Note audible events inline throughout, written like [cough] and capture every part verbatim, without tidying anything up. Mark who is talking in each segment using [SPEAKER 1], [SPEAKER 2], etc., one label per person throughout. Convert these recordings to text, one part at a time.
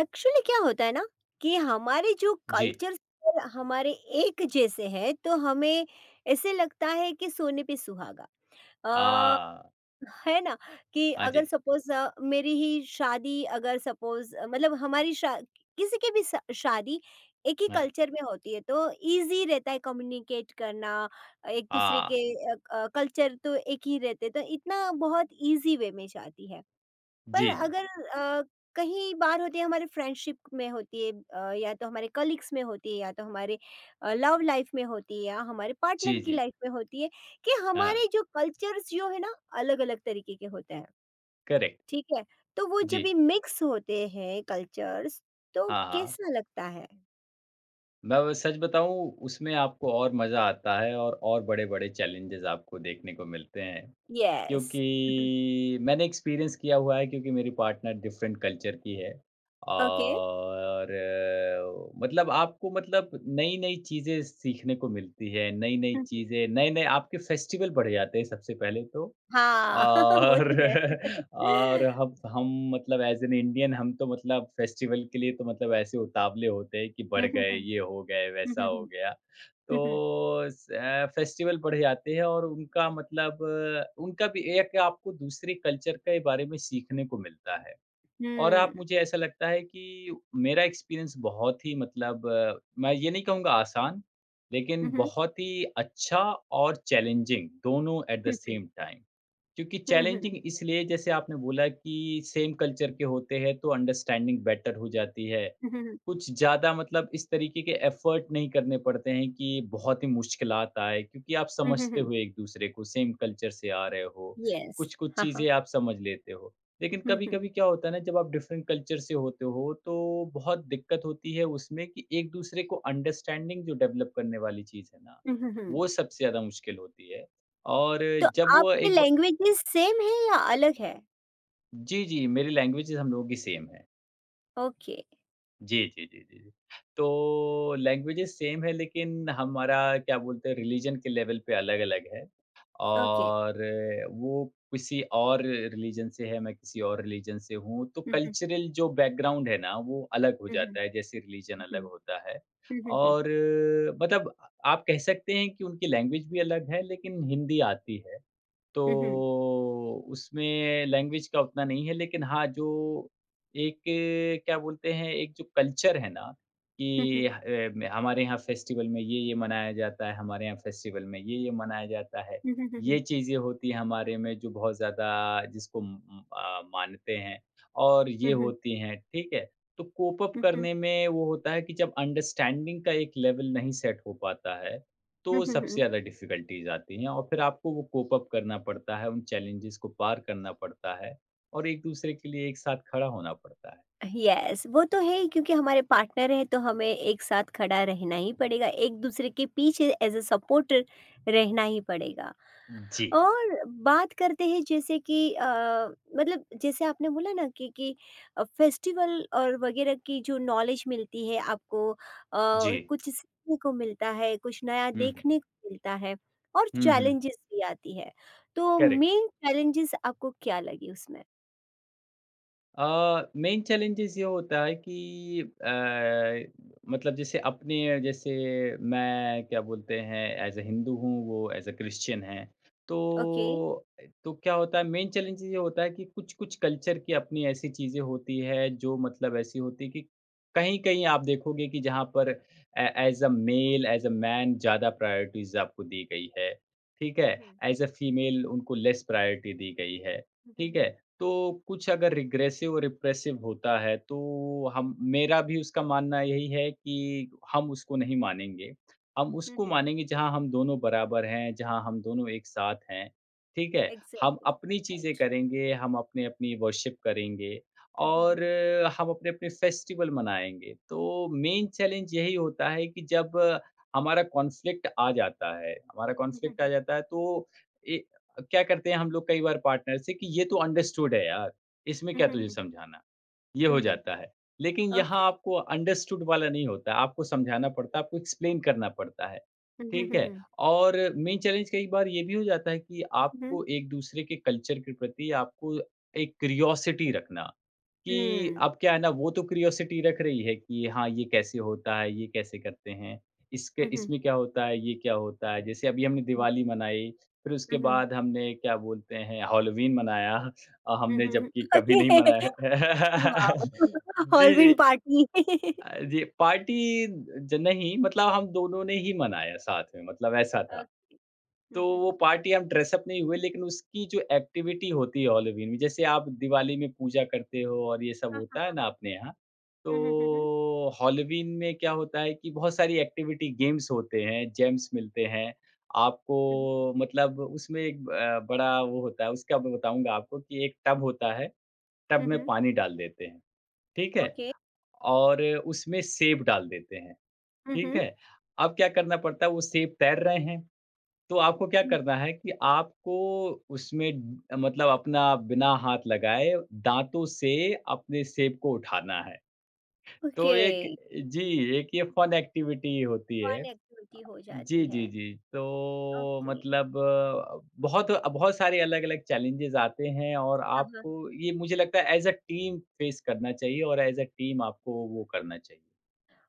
[SPEAKER 1] Actually क्या होता है ना कि हमारे जो
[SPEAKER 2] जी।
[SPEAKER 1] कल्चर हमारे एक जैसे हैं, तो हमें ऐसे लगता है कि सोने पे सुहागा।
[SPEAKER 2] आ,
[SPEAKER 1] अ, है ना? कि
[SPEAKER 2] हाँ
[SPEAKER 1] अगर
[SPEAKER 2] जी,
[SPEAKER 1] सपोज मेरी ही शादी, अगर सपोज मतलब हमारी शा, किसी की भी शा- शादी एक ही
[SPEAKER 2] हाँ,
[SPEAKER 1] कल्चर में होती है तो इजी रहता है कम्युनिकेट करना एक दूसरे
[SPEAKER 2] आ,
[SPEAKER 1] के। कल्चर तो एक ही रहते तो इतना बहुत इजी वे में जाती है।
[SPEAKER 2] जी,
[SPEAKER 1] पर
[SPEAKER 2] जी,
[SPEAKER 1] अगर अ, कहीं बार होती है, हमारे फ्रेंडशिप में होती है, अ, या तो हमारे कलीग्स में होती है, या तो हमारे अ, लव लाइफ में होती है या हमारे पार्टनर
[SPEAKER 2] जी,
[SPEAKER 1] की
[SPEAKER 2] जी,
[SPEAKER 1] लाइफ में होती है। कि
[SPEAKER 2] हाँ,
[SPEAKER 1] हमारे जो कल्चर्स जो है ना अलग अलग तरीके के होते हैं।
[SPEAKER 2] करेक्ट,
[SPEAKER 1] ठीक है? तो वो जब
[SPEAKER 2] जी,
[SPEAKER 1] भी मिक्स होते हैं कल्चर्स, तो
[SPEAKER 2] हाँ, हाँ।
[SPEAKER 1] कैसा लगता है?
[SPEAKER 2] मैं वो सच बताऊँ उसमें आपको और मज़ा आता है और और बड़े-बड़े चैलेंजेज़ आपको देखने को मिलते हैं,
[SPEAKER 1] यस।
[SPEAKER 2] क्योंकि मैंने एक्सपीरियंस किया हुआ है क्योंकि मेरी पार्टनर डिफरेंट कल्चर की है
[SPEAKER 1] ओके।
[SPEAKER 2] और अ, मतलब आपको मतलब नई-नई चीज़ें सीखने को मिलती है, नई-नई चीज़ें, नए-नए आपके फेस्टिवल बढ़ जाते हैं सबसे पहले तो।
[SPEAKER 1] हाँ। [laughs] वो
[SPEAKER 2] और
[SPEAKER 1] तो है।
[SPEAKER 2] [laughs] और हम हम मतलब ऐज़ एन इंडियन हम तो मतलब फेस्टिवल के लिए तो मतलब ऐसे उतावले होते हैं कि बढ़
[SPEAKER 1] हम्म हम्म।
[SPEAKER 2] गए, ये हो गए,
[SPEAKER 1] हम्म
[SPEAKER 2] वैसा हो
[SPEAKER 1] हम्म।
[SPEAKER 2] गया। तो स अ, फेस्टिवल बढ़ जाते हैं और उनका मतलब अ, उनका भी एक आपको दूसरे कल्चर के बारे में सीखने को मिलता है। और आप
[SPEAKER 1] हम्म
[SPEAKER 2] मुझे ऐसा लगता है कि मेरा एक्सपीरियंस बहुत ही मतलब अ, मैं ये नहीं कहूँगा आसान, लेकिन
[SPEAKER 1] हम्म।
[SPEAKER 2] बहुत ही अच्छा और चैलेंजिंग दोनों एट द सेम टाइम। क्योंकि
[SPEAKER 1] हम्म हम्म।
[SPEAKER 2] चैलेंजिंग इसलिए जैसे आपने बोला कि सेम कल्चर के होते हैं तो अंडरस्टैंडिंग बेटर हो जाती है।
[SPEAKER 1] हम्म
[SPEAKER 2] कुछ ज़्यादा मतलब इस तरीके के एफर्ट नहीं करने पड़ते हैं कि बहुत ही मुश्किलात आए क्योंकि आप समझते
[SPEAKER 1] हम्म।
[SPEAKER 2] हो एक-दूसरे को सेम कल्चर से आ रहे हो।
[SPEAKER 1] यस,
[SPEAKER 2] कुछ-कुछ
[SPEAKER 1] हाँ, हाँ।
[SPEAKER 2] चीज़ें आप समझ लेते हो। लेकिन
[SPEAKER 1] हुँ, हुँ।
[SPEAKER 2] कभी-कभी क्या होता है ना जब आप डिफरेंट कल्चर से होते हो तो बहुत दिक्कत होती है उसमें कि एक दूसरे को अंडरस्टैंडिंग जो डेवलप करने वाली चीज़ है ना,
[SPEAKER 1] हुँ, हुँ, हुँ।
[SPEAKER 2] वो सबसे ज़्यादा मुश्किल होती है। और
[SPEAKER 1] तो
[SPEAKER 2] जब वो
[SPEAKER 1] आपकी
[SPEAKER 2] एक ब
[SPEAKER 1] लैंग्वेजेज़ सेम है या अलग है?
[SPEAKER 2] जी, जी, मेरी लैंग्वेजेज़ हम लोगों की सेम है।
[SPEAKER 1] ओके,
[SPEAKER 2] जी, जी, जी, जी, जी। तो लैंग्वेजेज़ सेम है लेकिन हमारा क्या बोलते हैं रिलिजन के लेवल पे अलग-अलग है।
[SPEAKER 1] ओके।
[SPEAKER 2] और वो किसी और रिलीजन से है, मैं किसी और रिलीजन से हूँ, तो
[SPEAKER 1] हुँ, हुँ,
[SPEAKER 2] कल्चरल जो बैकग्राउंड है ना, वो अलग हो
[SPEAKER 1] हुँ, हुँ,
[SPEAKER 2] जाता है, जैसे रिलीजन अलग
[SPEAKER 1] हुँ,
[SPEAKER 2] होता है।
[SPEAKER 1] हुँ, हुँ, हुँ,
[SPEAKER 2] और मतलब आप कह सकते हैं कि उनकी लैंग्वेज भी अलग है, लेकिन हिंदी आती है। तो
[SPEAKER 1] हुँ, हुँ, हुँ,
[SPEAKER 2] उसमें लैंग्वेज का उतना नहीं है, लेकिन हाँ, जो एक अ, क्या बोलते हैं, एक जो कल्चर है ना
[SPEAKER 1] हुँ, हुँ,
[SPEAKER 2] कि ह अ, म हमारे यहाँ फेस्टिवल में ये-ये मनाया जाता है, हमारे यहाँ फेस्टिवल में ये-ये मनाया जाता है।
[SPEAKER 1] हुँ, हुँ,
[SPEAKER 2] ये
[SPEAKER 1] हुँ,
[SPEAKER 2] चीज़ें होती हैं हमारे में जो बहुत ज़्यादा जिसको म म अ, मानते हैं और ये
[SPEAKER 1] हुँ, हुँ,
[SPEAKER 2] होती हैं, ठीक है? तो कोप अप
[SPEAKER 1] हुँ,
[SPEAKER 2] करने में वो होता है कि जब अंडरस्टैंडिंग का एक लेवल नहीं सेट हो पाता है
[SPEAKER 1] हुँ,
[SPEAKER 2] तो
[SPEAKER 1] हुँ,
[SPEAKER 2] सबसे
[SPEAKER 1] हुँ।
[SPEAKER 2] ज़्यादा डिफ़िकल्टीज़ आती हैं और फिर आपको वो कोप अप करना पड़ता है, उन चैलेंजेस को पार करना पड़ता है और एक-दूसरे के लिए एक साथ खड़ा होना पड़ता है।
[SPEAKER 1] यस, वो तो है ही क्योंकि हमारे पार्टनर हैं तो हमें एक साथ खड़ा रहना ही पड़ेगा, एक-दूसरे के पीछे एज़ अ सपोर्टर रहना ही पड़ेगा।
[SPEAKER 2] जी,
[SPEAKER 1] और बात करते हैं जैसे कि अ, मतलब जैसे आपने बोला ना कि कि अ, फेस्टिवल और वगैरह की जो नॉलेज मिलती है आपको, अ,
[SPEAKER 2] जी।
[SPEAKER 1] कुछ सीखने को मिलता है, कुछ नया
[SPEAKER 2] हुँ, हुँ।
[SPEAKER 1] देखने को मिलता है, और
[SPEAKER 2] हुँ, हुँ।
[SPEAKER 1] चैलेंजेस भी आती है। तो
[SPEAKER 2] करेक्ट।
[SPEAKER 1] मेन चैलेंजेस आपको क्या लगी उसमें?
[SPEAKER 2] अ, मेन चैलेंजेस ये होता है कि अ, मतलब जैसे अपने जैसे मैं क्या बोलते हैं एज ए हिंदू हूँ वो एज ए क्रिश्चियन है तो
[SPEAKER 1] ओके।
[SPEAKER 2] तो क्या होता है मेन चैलेंज ये होता है कि कुछ कुछ कल्चर की अपनी ऐसी चीज़ें होती है जो मतलब ऐसी होती है कि कहीं कहीं आप देखोगे कि जहाँ पर as a male as a man ज़्यादा प्रायोरिटीज आपको दी गई है, ठीक है,
[SPEAKER 1] हुँ, हुँ।
[SPEAKER 2] एज अ फीमेल उनको लेस प्रायोरिटी दी गई है,
[SPEAKER 1] हुँ, हुँ,
[SPEAKER 2] ठीक है।
[SPEAKER 1] हुँ।
[SPEAKER 2] तो कुछ अगर रिग्रेसिव और रिप्रेसिव होता है तो हम मेरा भी उसका मानना यही है कि हम उसको नहीं मानेंगे। हम
[SPEAKER 1] हुँ,
[SPEAKER 2] उसको
[SPEAKER 1] हुँ।
[SPEAKER 2] मानेंगे जहाँ हम दोनों बराबर हैं, जहाँ हम दोनों एक साथ हैं, ठीक है? हम
[SPEAKER 1] एग्ज़ैक्टली,
[SPEAKER 2] अपनी चीज़ें
[SPEAKER 1] राइट।
[SPEAKER 2] करेंगे, हम अपनी-अपनी वर्शिप करेंगे
[SPEAKER 1] हुँ, हुँ,
[SPEAKER 2] और
[SPEAKER 1] हुँ।
[SPEAKER 2] अ, हम अपने-अपने फेस्टिवल मनाएँगे। तो मेन चैलेंज यही होता है कि जब अ, हमारा कॉन्फ्लिक्ट आ जाता है हमारा
[SPEAKER 1] हुँ, हुँ,
[SPEAKER 2] कॉन्फ्लिक्ट आ
[SPEAKER 1] हुँ।
[SPEAKER 2] जाता है तो ए क्या करते हैं हम लोग कई बार पार्टनर से कि ये तो अंडरस्टूड है यार, इसमें
[SPEAKER 1] हुँ,
[SPEAKER 2] क्या
[SPEAKER 1] हुँ,
[SPEAKER 2] तुझे
[SPEAKER 1] हुँ।
[SPEAKER 2] समझाना? ये
[SPEAKER 1] हुँ,
[SPEAKER 2] हो
[SPEAKER 1] हुँ।
[SPEAKER 2] जाता है। लेकिन यहाँ
[SPEAKER 1] ओके।
[SPEAKER 2] आपको अंडरस्टूड वाला नहीं होता, आपको समझाना पड़ता है, आपको एक्सप्लेन करना पड़ता है,
[SPEAKER 1] हुँ, हुँ,
[SPEAKER 2] ठीक
[SPEAKER 1] हुँ,
[SPEAKER 2] है?
[SPEAKER 1] हुँ।
[SPEAKER 2] और मेन चैलेंज कई बार ये भी हो जाता है कि
[SPEAKER 1] हुँ, हुँ।
[SPEAKER 2] आपको एक-दूसरे के कल्चर के प्रति आपको एक क्यूरियोसिटी रखना। कि
[SPEAKER 1] हुँ,
[SPEAKER 2] अब क्या है ना, वो तो क्यूरियोसिटी रख रही है कि हाँ, ये कैसे होता है, ये कैसे करते हैं, इसके
[SPEAKER 1] हुँ, हुँ, हुँ।
[SPEAKER 2] इसमें क्या होता है, ये क्या होता है? जैसे अभी हमने दिवाली मनाई, फिर उसके
[SPEAKER 1] हुँ, हुँ।
[SPEAKER 2] बाद हमने क्या बोलते हैं हैलोवीन मनाया, अ,
[SPEAKER 1] हुँ,
[SPEAKER 2] हमने
[SPEAKER 1] हुँ, हुँ।
[SPEAKER 2] जबकि कभी नहीं मनाया
[SPEAKER 1] ओके।
[SPEAKER 2] है।
[SPEAKER 1] वाओ!
[SPEAKER 2] [laughs] जी,
[SPEAKER 1] हॉलवीन
[SPEAKER 2] जी।
[SPEAKER 1] पार्टी।
[SPEAKER 2] अ, जी, पार्टी ज नहीं, मतलब हम दोनों ने ही मनाया साथ में, मतलब ऐसा
[SPEAKER 1] ओह!
[SPEAKER 2] था।
[SPEAKER 1] हुँ,
[SPEAKER 2] तो
[SPEAKER 1] हुँ,
[SPEAKER 2] वो
[SPEAKER 1] हुँ।
[SPEAKER 2] पार्टी हम ड्रेस अप नहीं हुए लेकिन उसकी जो एक्टिविटी होती है हॉलोवीन में, जैसे आप दिवाली में पूजा करते हो और ये सब होता है ना अपने यहाँ,
[SPEAKER 1] हुँ, हुँ, हुँ, हुँ।
[SPEAKER 2] तो हॉलोवीन में क्या होता है कि बहुत सारी एक्टिविटी गेम्स होते हैं, जेम्स मिलते हैं। आपको
[SPEAKER 1] हुँ,
[SPEAKER 2] मतलब उसमें एक अ, बड़ा वो होता है, उसका मैं बताऊँगा आपको कि एक टब होता है, टब
[SPEAKER 1] हुँ,
[SPEAKER 2] में
[SPEAKER 1] हुँ।
[SPEAKER 2] पानी डाल देते हैं, ठीक है?
[SPEAKER 1] ओके।
[SPEAKER 2] और उसमें सेब डाल देते हैं,
[SPEAKER 1] हुँ,
[SPEAKER 2] ठीक
[SPEAKER 1] हुँ।
[SPEAKER 2] है? अब क्या करना पड़ता है वो सेब तैर रहे हैं, तो आपको क्या
[SPEAKER 1] हुँ।
[SPEAKER 2] करना है कि आपको उसमें ड- मतलब अपना, बिना हाथ लगाए, दाँतों से अपने सेब को उठाना है। तो
[SPEAKER 1] ओके,
[SPEAKER 2] एक, जी, एक ये फन एक्टिविटी होती है।
[SPEAKER 1] फन एक्टिविटी हो जाती
[SPEAKER 2] जी, जी,
[SPEAKER 1] है।
[SPEAKER 2] जी। तो
[SPEAKER 1] ओके,
[SPEAKER 2] मतलब अ, बहुत बहुत सारे अलग-अलग चैलेंजेस आते हैं और
[SPEAKER 1] हाँ, हाँ।
[SPEAKER 2] आपको ये मुझे लगता है एज़ अ टीम फेस करना चाहिए और एज़ अ टीम आपको वो करना चाहिए।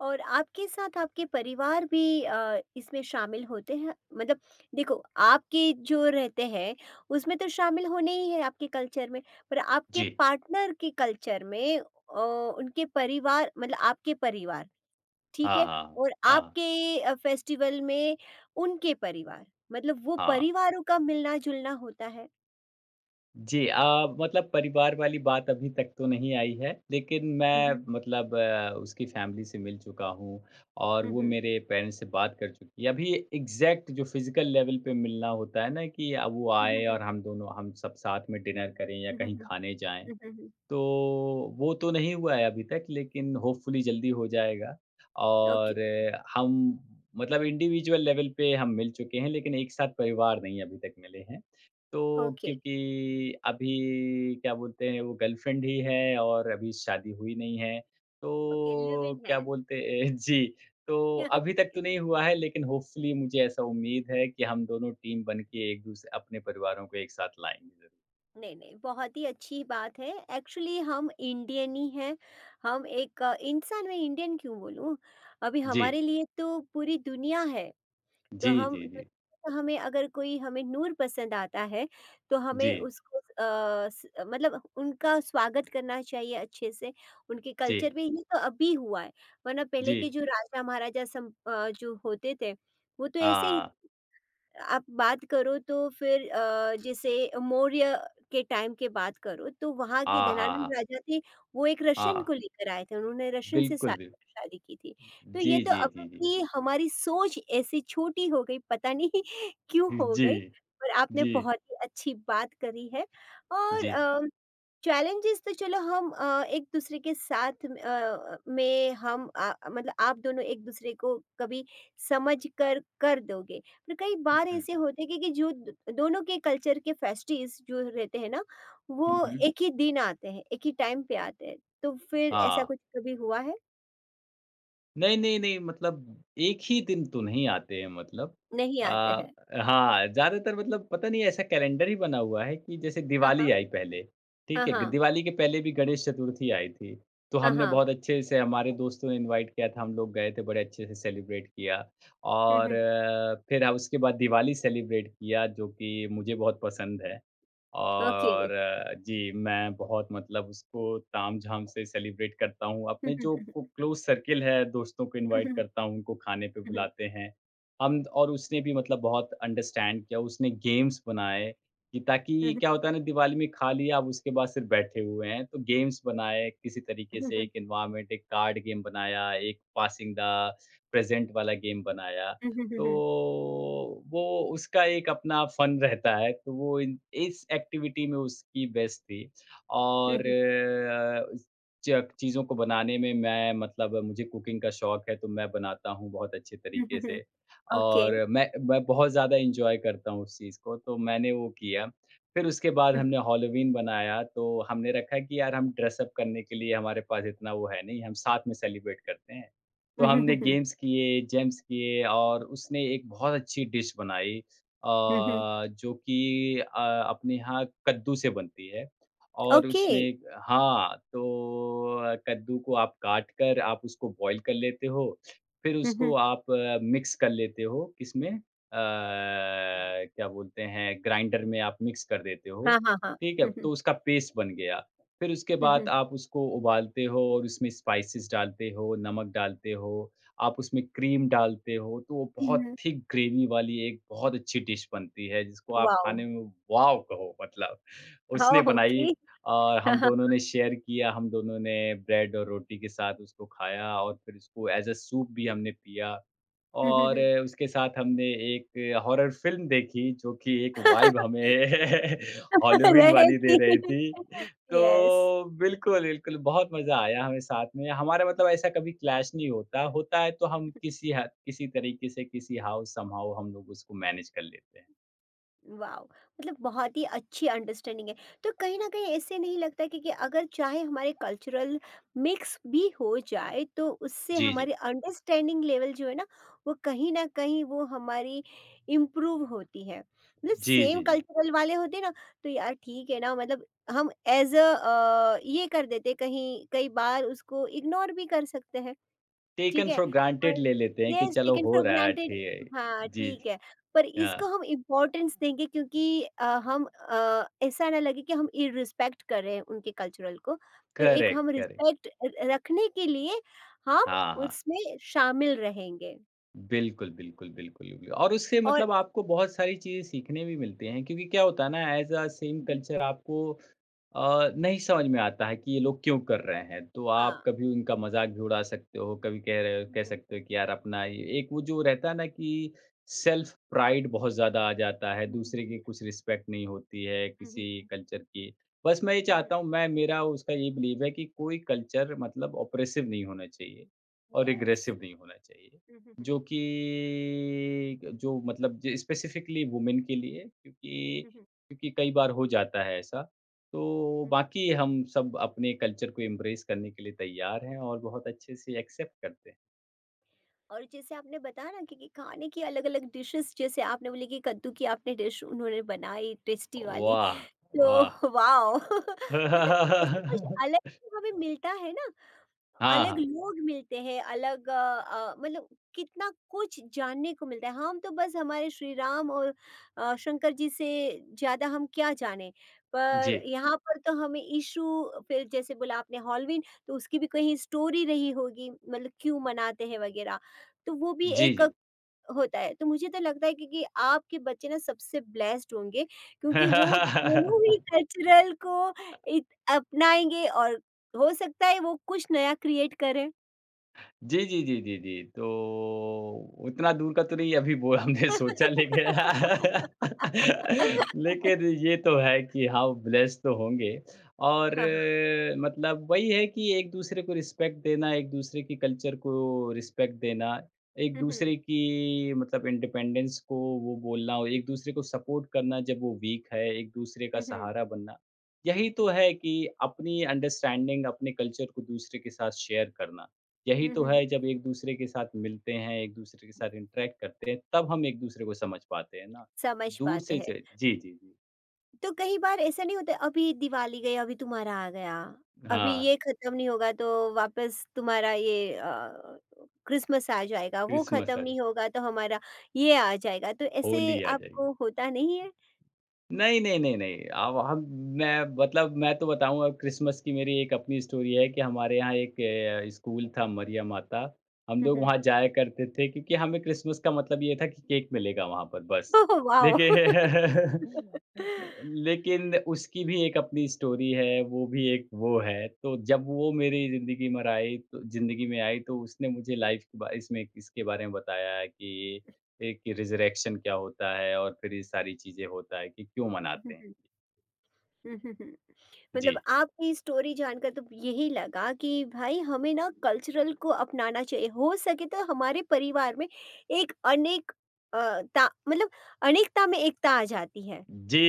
[SPEAKER 1] और आपके साथ आपके परिवार भी अ, इसमें शामिल होते हैं? मतलब देखो, आपके जो रहते हैं, उसमें तो शामिल होने ही है आपके कल्चर में, पर आपके
[SPEAKER 2] जी।
[SPEAKER 1] पार्टनर के कल्चर में अ, उनके परिवार मतलब आपके परिवार। ठीक
[SPEAKER 2] हाँ,
[SPEAKER 1] है?
[SPEAKER 2] हाँ।
[SPEAKER 1] और
[SPEAKER 2] हाँ,
[SPEAKER 1] आपके अ, फेस्टिवल में उनके परिवार मतलब वो
[SPEAKER 2] हाँ।
[SPEAKER 1] परिवारों का मिलना-जुलना होता है।
[SPEAKER 2] जी, अ, मतलब परिवार वाली बात अभी तक तो नहीं आई है, लेकिन
[SPEAKER 1] हुँ, हुँ।
[SPEAKER 2] मैं मतलब अ, उसकी फैमिली से मिल चुका हूँ और
[SPEAKER 1] हुँ,
[SPEAKER 2] वो
[SPEAKER 1] हुँ।
[SPEAKER 2] मेरे पेरेंट्स से बात कर चुकी है। अभी एग्ज़ैक्ट जो फ़िज़िकल लेवल पे मिलना होता है ना कि अ, वो
[SPEAKER 1] हुँ, हुँ,
[SPEAKER 2] आए
[SPEAKER 1] हुँ।
[SPEAKER 2] और हम दोनों हम सब साथ में डिनर करें या
[SPEAKER 1] हुँ, हुँ,
[SPEAKER 2] कहीं
[SPEAKER 1] हुँ।
[SPEAKER 2] खाने जाएँ,
[SPEAKER 1] हुँ, हुँ, हुँ।
[SPEAKER 2] तो वो तो नहीं हुआ है अभी तक लेकिन होपफुली जल्दी हो जाएगा
[SPEAKER 1] ओके,
[SPEAKER 2] और अ, हम मतलब इंडिविजुअल लेवल पे हम मिल चुके हैं लेकिन एक साथ परिवार नहीं अभी तक मिले हैं। तो
[SPEAKER 1] ओके,
[SPEAKER 2] क्योंकि अभी क्या बोलते हैं वो गर्लफ्रेंड ही है और अभी शादी हुई नहीं है।
[SPEAKER 1] ओके लिव
[SPEAKER 2] तो
[SPEAKER 1] इन है।
[SPEAKER 2] क्या बोलते हैं [laughs] जी, तो
[SPEAKER 1] [laughs] ओके।
[SPEAKER 2] अभी तक तो नहीं हुआ है लेकिन होपफुली मुझे ऐसा उम्मीद है कि हम दोनों टीम बन के एक-दूसरे अपने परिवारों को एक साथ लाएँगे ज़रूर।
[SPEAKER 1] नहीं, नहीं, बहुत ही अच्छी बात है। एक्चुअली हम इंडियन ही हैं। हम एक अ, इंसान, मैं इंडियन क्यों बोलूँ? अभी
[SPEAKER 2] जी।
[SPEAKER 1] हमारे लिए तो पूरी दुनिया है। तो
[SPEAKER 2] जी,
[SPEAKER 1] हम
[SPEAKER 2] जी, जी।
[SPEAKER 1] तो, हमें अगर कोई हमें नूर पसंद आता है तो
[SPEAKER 2] जी।
[SPEAKER 1] हमें उसको अ, स- मतलब उनका स्वागत करना चाहिए अच्छे से, उनके
[SPEAKER 2] जी,
[SPEAKER 1] कल्चर में। ये तो अभी हुआ है, वरना पहले
[SPEAKER 2] जी।
[SPEAKER 1] के जो राजा महाराजा सम, अ, जो होते थे वो तो ऐसे ही।
[SPEAKER 2] हाँ,
[SPEAKER 1] आप बात करो तो फिर अ, जैसे मौर्य के टाइम की बात करो, तो वहाँ के
[SPEAKER 2] हाँ, हाँ,
[SPEAKER 1] धनानंद
[SPEAKER 2] हाँ,
[SPEAKER 1] राजा थे। वो एक रशियन
[SPEAKER 2] हाँ।
[SPEAKER 1] को लेकर आए थे, उन्होंने रशियन से
[SPEAKER 2] बिल्कुल,
[SPEAKER 1] शा-
[SPEAKER 2] बिल,
[SPEAKER 1] शादी की थी। तो ये
[SPEAKER 2] जी,
[SPEAKER 1] तो
[SPEAKER 2] जी,
[SPEAKER 1] अभी
[SPEAKER 2] जी, जी।
[SPEAKER 1] की हमारी सोच ऐसी छोटी हो गई, पता नहीं [laughs] क्यों
[SPEAKER 2] [laughs]
[SPEAKER 1] हो
[SPEAKER 2] जी,
[SPEAKER 1] गई। पर आपने
[SPEAKER 2] जी,
[SPEAKER 1] बहुत ही अच्छी बात करी है। और
[SPEAKER 2] जी।
[SPEAKER 1] चैलेंजेस तो चलो, हम अ, एक दूसरे के साथ म- अ, में हम आ, मतलब आप दोनों एक दूसरे को कभी समझ कर कर दोगे। पर कई
[SPEAKER 2] हुँ,
[SPEAKER 1] बार
[SPEAKER 2] हुँ।
[SPEAKER 1] ऐसे होते हैं कि, कि जो दो- दोनों के कल्चर के फेस्टिव्स जो रहते हैं ना,
[SPEAKER 2] हुँ,
[SPEAKER 1] वो
[SPEAKER 2] हुँ।
[SPEAKER 1] एक ही दिन आते हैं, एक ही टाइम पे आते हैं। तो फिर ऐसा
[SPEAKER 2] हाँ।
[SPEAKER 1] कुछ कभी हुआ है?
[SPEAKER 2] नहीं, नहीं, नहीं, मतलब एक ही दिन तो नहीं आते हैं मतलब।
[SPEAKER 1] नहीं
[SPEAKER 2] अ,
[SPEAKER 1] आते हैं।
[SPEAKER 2] हाँ, ज़्यादातर मतलब पता नहीं ऐसा कैलेंडर ही बना हुआ है कि जैसे
[SPEAKER 1] हाँ
[SPEAKER 2] दिवाली
[SPEAKER 1] हाँ
[SPEAKER 2] आई पहले, ठीक
[SPEAKER 1] हाँ
[SPEAKER 2] है?
[SPEAKER 1] हाँ
[SPEAKER 2] दिवाली के पहले भी गणेश चतुर्थी आई थी, तो
[SPEAKER 1] हाँ
[SPEAKER 2] हमने
[SPEAKER 1] हाँ।
[SPEAKER 2] बहुत अच्छे से, हमारे दोस्तों ने इनवाइट किया था, हम लोग गए थे, बड़े अच्छे से सेलिब्रेट किया और आ, फिर उसके बाद दिवाली सेलिब्रेट किया, जो कि मुझे बहुत पसंद है।
[SPEAKER 1] ओके।
[SPEAKER 2] और अ, जी, मैं बहुत मतलब उसको ताम-झाम से सेलिब्रेट करता हूँ। अपने जो को क्लोज़ सर्किल है, दोस्तों को इनवाइट करता हूँ, उनको खाने पे बुलाते हैं। हम और उसने भी मतलब बहुत अंडरस्टैंड किया, उसने गेम्स बनाए कि ताकि क्या होता है ना, दिवाली में खा लिया, अब उसके बाद सिर्फ बैठे हुए हैं, तो गेम्स बनाए किसी तरीके से एक एनवायरनमेंट, एक कार्ड गेम बनाया, एक पासिंग द प्रेज़ेंट वाला गेम बनाया। तो वो उसका एक अपना फ़न रहता है, तो वो इन इस एक्टिविटी में उसकी बेस्ट थी और अ, च चीज़ों को बनाने में मैं मतलब मुझे कुकिंग का शौक है, तो मैं बनाता हूँ बहुत अच्छे तरीके से
[SPEAKER 1] ओके।
[SPEAKER 2] और मैं मैं बहुत ज़्यादा एन्जॉय करता हूँ उस चीज़ को, तो मैंने वो किया। फिर उसके बाद हमने हैलोवीन बनाया, तो हमने रखा कि यार हम ड्रेस अप करने के लिए हमारे पास इतना वो है नहीं, हम साथ में सेलिब्रेट करते हैं। तो हमने गेम्स किए, जेम्स किए और उसने एक बहुत अच्छी डिश बनाई, अ, जो कि अ, अपने यहाँ कद्दू से बनती है, और उसने,
[SPEAKER 1] Okay.
[SPEAKER 2] हाँ, तो कद्दू को आप काट कर आप उसको बॉयल कर लेते हो, फिर उसको
[SPEAKER 1] Haha.
[SPEAKER 2] आप मिक्स कर लेते हो, किसमें अ, क्या बोलते हैं, ग्राइंडर में आप मिक्स कर देते हो,
[SPEAKER 1] Haha.
[SPEAKER 2] ठीक है? तो उसका पेस्ट बन गया। फिर उसके बाद
[SPEAKER 1] Haha.
[SPEAKER 2] आप उसको उबालते हो और उसमें स्पाइसेस डालते हो, नमक डालते हो, आप उसमें क्रीम डालते हो, तो वो बहुत थिक ग्रेवी वाली एक बहुत अच्छी डिश बनती है, जिसको आप खाने
[SPEAKER 1] Wow.
[SPEAKER 2] में, वॉव, कहो मतलब। उसने
[SPEAKER 1] Oh.
[SPEAKER 2] बनाई
[SPEAKER 1] Okay.
[SPEAKER 2] और हम
[SPEAKER 1] Haha.
[SPEAKER 2] दोनों ने शेयर किया, हम दोनों ने ब्रेड और रोटी के साथ उसको खाया और फिर उसको एज़ अ सूप भी हमने पिया। और
[SPEAKER 1] Haha.
[SPEAKER 2] उसके साथ हमने एक हॉरर फ़िल्म देखी, जो कि एक वाइब हमें [laughs] हॉलोवीन वाली दे रही थी। तो
[SPEAKER 1] Yes. [laughs] [laughs]
[SPEAKER 2] बिल्कुल, बिल्कुल, बहुत मज़ा आया हमें साथ में। हमारा मतलब ऐसा कभी क्लैश नहीं होता, होता है तो हम किसी हद किसी तरीके से, किसी हाउ समहाउ हम लोग उसको मैनेज कर लेते हैं।
[SPEAKER 1] वाओ! मतलब बहुत ही अच्छी अंडरस्टैंडिंग है। तो कहीं न कहीं ऐसे नहीं लगता कि कि अगर चाहे हमारे कल्चरल मिक्स भी हो जाए तो उससे
[SPEAKER 2] जी, जी।
[SPEAKER 1] हमारी अंडरस्टैंडिंग लेवल जो है ना, वो कहीं न कहीं वो हमारी इम्प्रूव होती है। मतलब
[SPEAKER 2] जी, जी,
[SPEAKER 1] सेम
[SPEAKER 2] जी।
[SPEAKER 1] कल्चरल वाले होते ना, तो यार ठीक है ना मतलब, हम एज़ अ अ, ये कर देते कहीं, कई बार उसको इग्नोर भी कर सकते हैं। ठीक
[SPEAKER 2] टेकन
[SPEAKER 1] है?
[SPEAKER 2] फ़ॉर ग्रांटेड
[SPEAKER 1] पर
[SPEAKER 2] ले लेते हैं कि
[SPEAKER 1] यस,
[SPEAKER 2] चलो
[SPEAKER 1] टेकन
[SPEAKER 2] हो
[SPEAKER 1] फॉर
[SPEAKER 2] रहा है,
[SPEAKER 1] ग्रांटेड।
[SPEAKER 2] ठी,
[SPEAKER 1] हाँ,
[SPEAKER 2] जी, जी।
[SPEAKER 1] ठीक है। पर
[SPEAKER 2] हाँ,
[SPEAKER 1] इसको हम इम्पोर्टेंस देंगे क्योंकि अ, हम अ, ऐसा ना लगे कि हम इर्रिस्पेक्ट कर रहे हैं उनके कल्चरल को। तो एक
[SPEAKER 2] करेक्ट,
[SPEAKER 1] हम
[SPEAKER 2] करेक्ट।
[SPEAKER 1] रिस्पेक्ट र रखने के लिए हम
[SPEAKER 2] हाँ, हाँ।
[SPEAKER 1] उसमें शामिल रहेंगे।
[SPEAKER 2] बिल्कुल, बिल्कुल, बिल्कुल, बिल्कुल। और उससे
[SPEAKER 1] और
[SPEAKER 2] मतलब आपको बहुत सारी चीज़ें सीखने भी मिलती हैं, क्योंकि क्या होता है ना, एज़ अ सेम कल्चर आपको अ, नहीं समझ में आता है कि ये लोग क्यों कर रहे हैं। तो आप
[SPEAKER 1] हाँ।
[SPEAKER 2] कभी उनका मज़ाक भी उड़ा सकते हो, कभी कह रहे कह सकते हो कि यार अपना ये एक वो जो रहता है ना कि सेल्फ प्राइड बहुत ज़्यादा आ जाता है, दूसरे की कुछ
[SPEAKER 1] [laughs]
[SPEAKER 2] रिस्पेक्ट नहीं होती है किसी कल्चर की। बस मैं ये चाहता हूँ, मैं, मेरा उसका ये बिलीव है कि कोई कल्चर मतलब ऑप्रेसिव नहीं होना चाहिए और
[SPEAKER 1] यस।
[SPEAKER 2] एग्रेसिव नहीं होना चाहिए। जो कि जो मतलब ज स्पेसिफ़िकली वुमेन के लिए, क्योंकि क्योंकि कई बार हो जाता है ऐसा। तो बाकी हम सब अपने कल्चर को एम्ब्रेस करने के लिए तैयार हैं और बहुत अच्छे से एक्सेप्ट करते हैं।
[SPEAKER 1] और जैसे आपने बताया ना कि, कि खाने की अलग अलग डिशेस, जैसे आपने बोली कि कद्दू की आपने डिश उन्होंने बनाई टेस्टी वाली।
[SPEAKER 2] वाह! वाह!
[SPEAKER 1] तो वाओ! [laughs] मतलब ऐसा कुछ अलग
[SPEAKER 2] [laughs]
[SPEAKER 1] ही हमें मिलता है ना।
[SPEAKER 2] हाँ,
[SPEAKER 1] अलग
[SPEAKER 2] हाँ।
[SPEAKER 1] लोग मिलते हैं, अलग अ, अ, मतलब कितना कुछ जानने को मिलता है। हम तो बस हमारे श्री राम और अ, शंकर जी से ज्यादा हम क्या जाने।
[SPEAKER 2] जी।
[SPEAKER 1] पर यहाँ पर तो हमें इशू। फिर जैसे बोला आपने हॉलवीन, तो उसकी भी कहीं स्टोरी रही होगी, मतलब क्यों मनाते हैं वगैरह, तो वो भी
[SPEAKER 2] जी,
[SPEAKER 1] एक
[SPEAKER 2] जी।
[SPEAKER 1] होता है। तो मुझे तो लगता है कि कि आपके बच्चे ना सबसे ब्लेस्ड होंगे, क्योंकि वो दोनों ही
[SPEAKER 2] [laughs]
[SPEAKER 1] कल्चरल को इत अपनाएँगे और हो सकता है वो कुछ नया क्रिएट करें।
[SPEAKER 2] जी, जी, जी, जी, जी। तो उतना दूर का तो नहीं अभी वो हमने सोचा, लेकिन [laughs] लेकिन
[SPEAKER 1] [laughs]
[SPEAKER 2] ये तो है कि हाँ, ब्लेस्ड तो होंगे। और
[SPEAKER 1] हाँ, हाँ।
[SPEAKER 2] अ, मतलब वही है कि एक-दूसरे को रिस्पेक्ट देना, एक-दूसरे की कल्चर को रिस्पेक्ट देना,
[SPEAKER 1] हुँ, हुँ।
[SPEAKER 2] एक-दूसरे की मतलब इंडिपेंडेंस को वो बोलना और एक-दूसरे को सपोर्ट करना जब वो वीक है, एक-दूसरे का
[SPEAKER 1] हुँ, हुँ।
[SPEAKER 2] सहारा बनना। यही तो है कि अपनी अंडरस्टैंडिंग, अपने कल्चर को दूसरे के साथ शेयर करना। यही
[SPEAKER 1] हुँ,
[SPEAKER 2] तो
[SPEAKER 1] हुँ, हुँ।
[SPEAKER 2] है, जब एक-दूसरे के साथ मिलते हैं, एक-दूसरे के साथ इंटरैक्ट करते हैं, तब हम एक-दूसरे को समझ पाते हैं ना।
[SPEAKER 1] समझ
[SPEAKER 2] दूर
[SPEAKER 1] पाते
[SPEAKER 2] से
[SPEAKER 1] हैं।
[SPEAKER 2] च, जी, जी, जी।
[SPEAKER 1] तो कई बार ऐसा नहीं होता, अभी दिवाली गई अभी तुम्हारा आ गया, अभी
[SPEAKER 2] हाँ,
[SPEAKER 1] ये खत्म नहीं होगा तो वापस तुम्हारा ये अ, क्रिसमस आ जाएगा, वो
[SPEAKER 2] क्रिसमस
[SPEAKER 1] खत्म
[SPEAKER 2] आ जाए,
[SPEAKER 1] नहीं होगा तो हमारा ये आ जाएगा। तो ऐसे
[SPEAKER 2] होली आ जाएगी।
[SPEAKER 1] आपको होता नहीं है?
[SPEAKER 2] नहीं, नहीं, नहीं, नहीं। अब हम, मैं, मतलब मैं तो बताऊँ, अब क्रिसमस की मेरी एक अपनी स्टोरी है कि हमारे यहाँ एक अ, स्कूल था, मरियम माता। हम लोग
[SPEAKER 1] हम्म,
[SPEAKER 2] वहाँ जाया करते थे क्योंकि हमें क्रिसमस का मतलब ये था कि केक मिलेगा वहाँ पर, बस।
[SPEAKER 1] Oh, [laughs] wow.
[SPEAKER 2] लेकिन [laughs] लेकिन उसकी भी एक अपनी स्टोरी है, वो भी एक वो है। तो जब वो मेरी ज़िंदगी मर आई, तो ज़िंदगी में आई, तो उसने मुझे लाइफ़ के बा इसमें इसके बारे में बताया कि एक रिज़रेक्शन क्या होता है और फिर ये सारी चीज़ें होता है कि क्यों मनाते हैं।
[SPEAKER 1] हम्म, हम्म। मतलब
[SPEAKER 2] जी।
[SPEAKER 1] आपकी स्टोरी जानकर तो यही लगा कि भाई हमें ना कल्चरल को अपनाना चाहिए, हो सके तो हमारे परिवार में एक अनेक अ, ता मतलब अनेकता में एकता आ जाती है।
[SPEAKER 2] जी,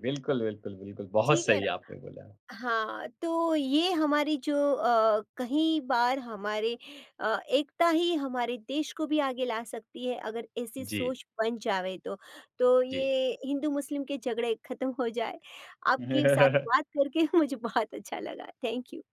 [SPEAKER 2] बिल्कुल, बिल्कुल, बिल्कुल। बहुत
[SPEAKER 1] ठीक है
[SPEAKER 2] सही
[SPEAKER 1] ना?
[SPEAKER 2] आपने बोला।
[SPEAKER 1] हाँ, तो ये हमारी जो अ, कहीं बार हमारे अ, एकता ही हमारे देश को भी आगे ला सकती है, अगर ऐसी
[SPEAKER 2] जी,
[SPEAKER 1] सोच बन जावे तो। तो
[SPEAKER 2] जी।
[SPEAKER 1] ये हिंदू-मुस्लिम के झगड़े खत्म हो जाए। आपके साथ बात
[SPEAKER 2] [laughs]
[SPEAKER 1] करके [laughs] मुझे बहुत अच्छा लगा। Thank you.